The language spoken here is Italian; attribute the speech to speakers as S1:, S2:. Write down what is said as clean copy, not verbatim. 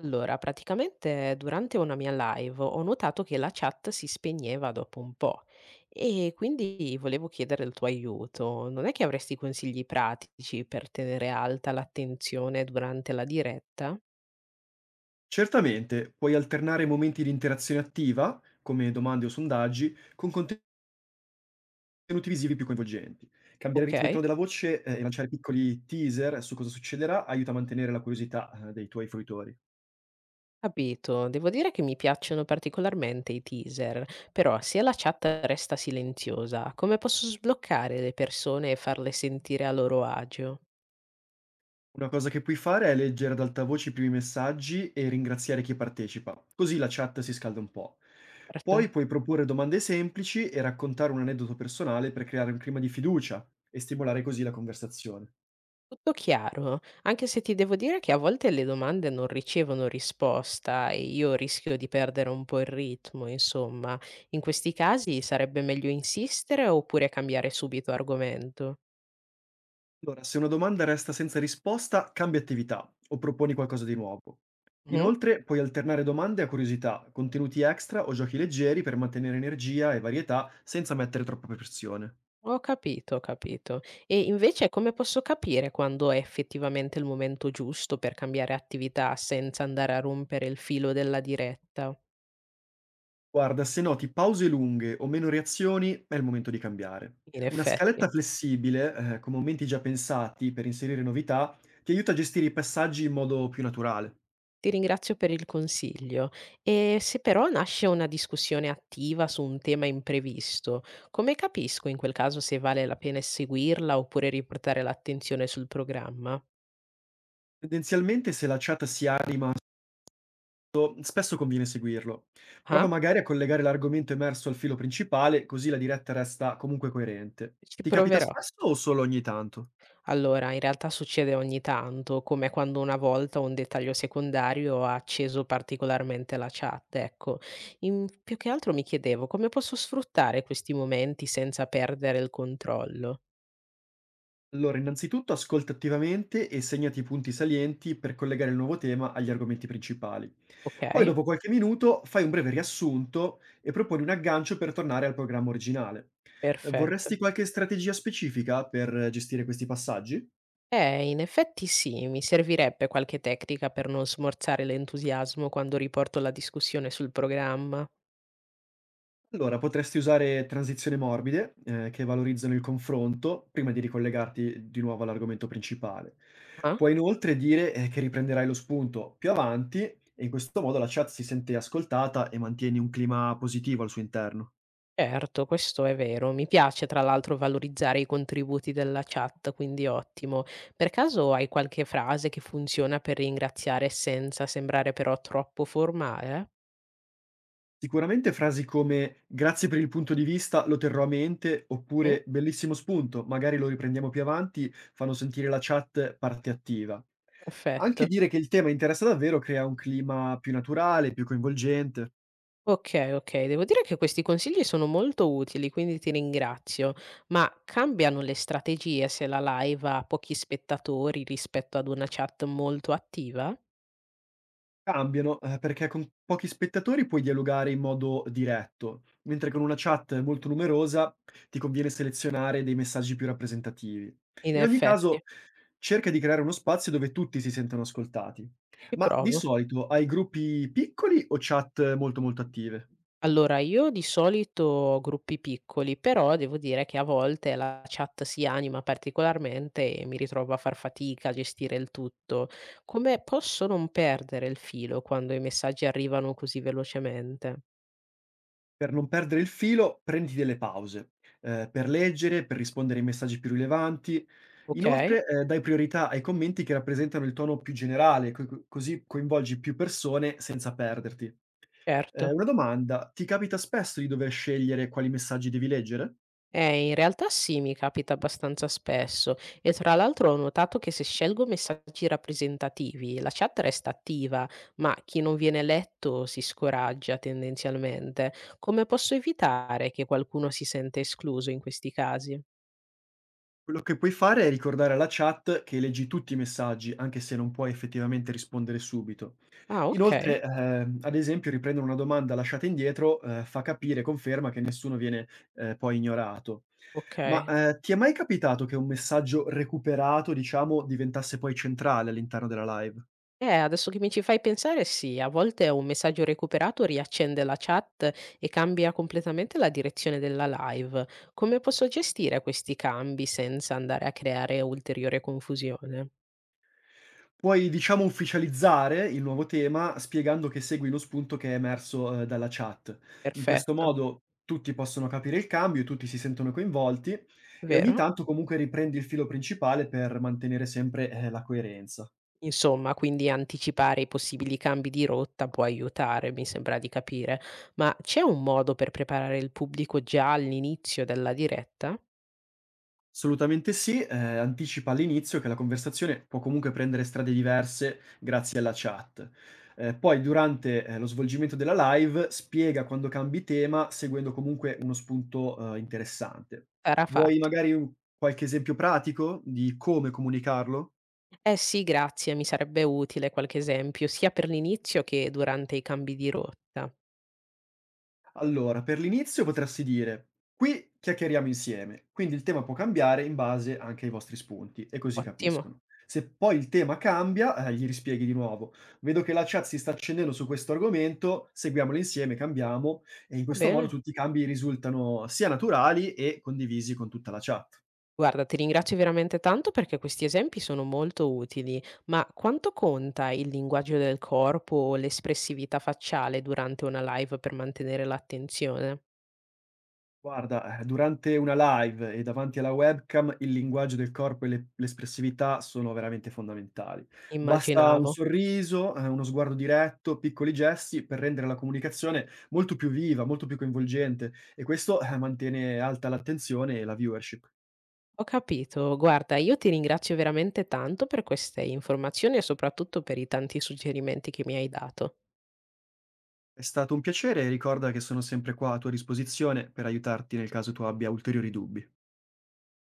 S1: Allora, praticamente durante una mia live ho notato che la chat si spegneva dopo un po' e quindi volevo chiedere il tuo aiuto. Non è che avresti consigli pratici per tenere alta l'attenzione durante la diretta?
S2: Certamente, puoi alternare momenti di interazione attiva, come domande o sondaggi, con contenuti visivi più coinvolgenti. Cambiare
S1: Ok,
S2: ritmo e tono della voce e lanciare piccoli teaser su cosa succederà aiuta a mantenere la curiosità dei tuoi fruitori.
S1: capito. Devo dire che mi piacciono particolarmente i teaser, però se la chat resta silenziosa, come posso sbloccare le persone e farle sentire a loro agio?
S2: Una cosa che puoi fare è leggere ad alta voce i primi messaggi e ringraziare chi partecipa, così la chat si scalda un po'.
S1: Certo.
S2: Poi puoi proporre domande semplici e raccontare un aneddoto personale per creare un clima di fiducia e stimolare così la conversazione.
S1: Tutto chiaro, anche se ti devo dire che a volte le domande non ricevono risposta e io rischio di perdere un po' il ritmo, insomma. In questi casi sarebbe meglio insistere oppure cambiare subito argomento?
S2: Allora, se una domanda resta senza risposta, cambia attività o proponi qualcosa di nuovo.
S1: Mh?
S2: Inoltre, puoi alternare domande a curiosità, contenuti extra o giochi leggeri per mantenere energia e varietà senza mettere troppa pressione.
S1: Ho capito, ho capito. E invece come posso capire quando è effettivamente il momento giusto per cambiare attività senza andare a rompere il filo della diretta?
S2: Guarda, se noti pause lunghe o meno reazioni, è il momento di cambiare.
S1: In
S2: Una
S1: effetti.
S2: scaletta flessibile, con momenti già pensati per inserire novità, ti aiuta a gestire i passaggi in modo più naturale.
S1: Ti ringrazio per il consiglio. E se però nasce una discussione attiva su un tema imprevisto, come capisco in quel caso se vale la pena seguirla oppure riportare l'attenzione sul programma?
S2: Tendenzialmente, se la chat si anima spesso conviene seguirlo. Prova
S1: Ah?
S2: magari a collegare l'argomento emerso al filo principale, così la diretta resta comunque coerente.
S1: Ci
S2: Ti capita
S1: proverò.
S2: spesso o solo ogni tanto?
S1: Allora, in realtà succede ogni tanto, come quando una volta un dettaglio secondario ha acceso particolarmente la chat, ecco. Più che altro mi chiedevo come posso sfruttare questi momenti senza perdere il controllo.
S2: Allora, innanzitutto ascolta attivamente e segnati i punti salienti per collegare il nuovo tema agli argomenti principali.
S1: Ok?
S2: Poi, dopo qualche minuto, fai un breve riassunto e proponi un aggancio per tornare al programma originale. Eh,
S1: Perfetto.
S2: Vorresti qualche strategia specifica per gestire questi passaggi?
S1: In effetti sì, mi servirebbe qualche tecnica per non smorzare l'entusiasmo quando riporto la discussione sul programma.
S2: Allora, potresti usare transizioni morbide, che valorizzano il confronto prima di ricollegarti di nuovo all'argomento principale.
S1: Ah,
S2: Puoi inoltre dire, che riprenderai lo spunto più avanti e in questo modo la chat si sente ascoltata e mantieni un clima positivo al suo interno.
S1: certo, questo è vero. Mi piace tra l'altro valorizzare i contributi della chat, quindi ottimo. Per caso hai qualche frase che funziona per ringraziare senza sembrare però troppo formale?
S2: Sicuramente frasi come grazie per il punto di vista, lo terrò a mente,
S1: Mm,
S2: oppure bellissimo spunto, magari lo riprendiamo più avanti, fanno sentire la chat parte attiva. Anche
S1: perfetto.
S2: dire che il tema interessa davvero crea un clima più naturale, più coinvolgente.
S1: Okay, okay. Devo dire che questi consigli sono molto utili, quindi ti ringrazio. Ma cambiano le strategie se la live ha pochi spettatori rispetto ad una chat molto attiva?
S2: Cambiano, perché con pochi spettatori puoi dialogare in modo diretto, mentre con una chat molto numerosa ti conviene selezionare dei messaggi più rappresentativi.
S1: In
S2: In ogni caso,
S1: effetti,
S2: cerca di creare uno spazio dove tutti si sentano ascoltati.
S1: ci
S2: Ma di
S1: provo.
S2: solito hai gruppi piccoli o chat molto molto attive?
S1: Allora, io di solito ho gruppi piccoli, però devo dire che a volte la chat si anima particolarmente e mi ritrovo a far fatica a gestire il tutto. Come posso non perdere il filo quando i messaggi arrivano così velocemente?
S2: Per non perdere il filo, prenditi delle pause, per leggere, per rispondere ai messaggi più rilevanti.
S1: Okay,
S2: Inoltre, dai priorità ai commenti che rappresentano il tono più generale, co co così coinvolgi più persone senza perderti.
S1: certo.
S2: Una domanda: ti capita spesso di dover scegliere quali messaggi devi leggere?
S1: In realtà sì, mi capita abbastanza spesso e tra l'altro ho notato che se scelgo messaggi rappresentativi la chat resta attiva, ma chi non viene letto si scoraggia tendenzialmente. Come posso evitare che qualcuno si sente escluso in questi casi?
S2: Quello che puoi fare è ricordare alla chat che leggi tutti i messaggi, anche se non puoi effettivamente rispondere subito.
S1: Ah, ok,
S2: Inoltre, ad esempio, riprendere una domanda lasciata indietro, fa capire conferma che nessuno viene, poi ignorato. Ma,
S1: ok.
S2: ehm, ti è mai capitato che un messaggio recuperato, diciamo, diventasse poi centrale all'interno della live?
S1: Adesso che mi ci fai pensare sì, a volte un messaggio recuperato riaccende la chat e cambia completamente la direzione della live. Come posso gestire questi cambi senza andare a creare ulteriore confusione?
S2: Puoi, diciamo, ufficializzare il nuovo tema spiegando che segui lo spunto che è emerso, dalla chat. In questo
S1: Perfetto,
S2: modo tutti possono capire il cambio, tutti si sentono coinvolti e ogni
S1: vero?
S2: tanto comunque riprendi il filo principale per mantenere sempre, la coerenza.
S1: Insomma, quindi anticipare i possibili cambi di rotta può aiutare, mi sembra di capire, ma c'è un modo per preparare il pubblico già all'inizio della diretta?
S2: Assolutamente sì, anticipa all'inizio che la conversazione può comunque prendere strade diverse grazie alla chat. Poi durante, lo svolgimento della live spiega quando cambi tema seguendo comunque uno spunto, interessante.
S1: Sarà
S2: Vuoi
S1: fatto.
S2: magari un qualche esempio pratico di come comunicarlo?
S1: Eh sì, grazie, mi sarebbe utile qualche esempio, sia per l'inizio che durante i cambi di rotta.
S2: Allora, per l'inizio potresti dire: "Qui chiacchieriamo insieme, quindi il tema può cambiare in base anche ai vostri spunti", e così
S1: Ottimo,
S2: capiscono. Se poi il tema cambia, gli rispieghi di nuovo: "Vedo che la chat si sta accendendo su questo argomento, seguiamolo insieme, cambiamo", e in
S1: va
S2: questo modo
S1: bene.
S2: tutti i cambi risultano sia naturali e condivisi con tutta la chat.
S1: Guarda, ti ringrazio veramente tanto perché questi esempi sono molto utili, ma quanto conta il linguaggio del corpo o l'espressività facciale durante una live per mantenere l'attenzione?
S2: Guarda, durante una live e davanti alla webcam il linguaggio del corpo e le l'espressività sono veramente fondamentali. Basta un
S1: Immaginavo.
S2: sorriso, uno sguardo diretto, piccoli gesti per rendere la comunicazione molto più viva, molto più coinvolgente e questo, mantiene alta l'attenzione e la viewership.
S1: Ho capito. Guarda, io ti ringrazio veramente tanto per queste informazioni e soprattutto per i tanti suggerimenti che mi hai dato.
S2: È stato un piacere e ricorda che sono sempre qua a tua disposizione per aiutarti nel caso tu abbia ulteriori dubbi.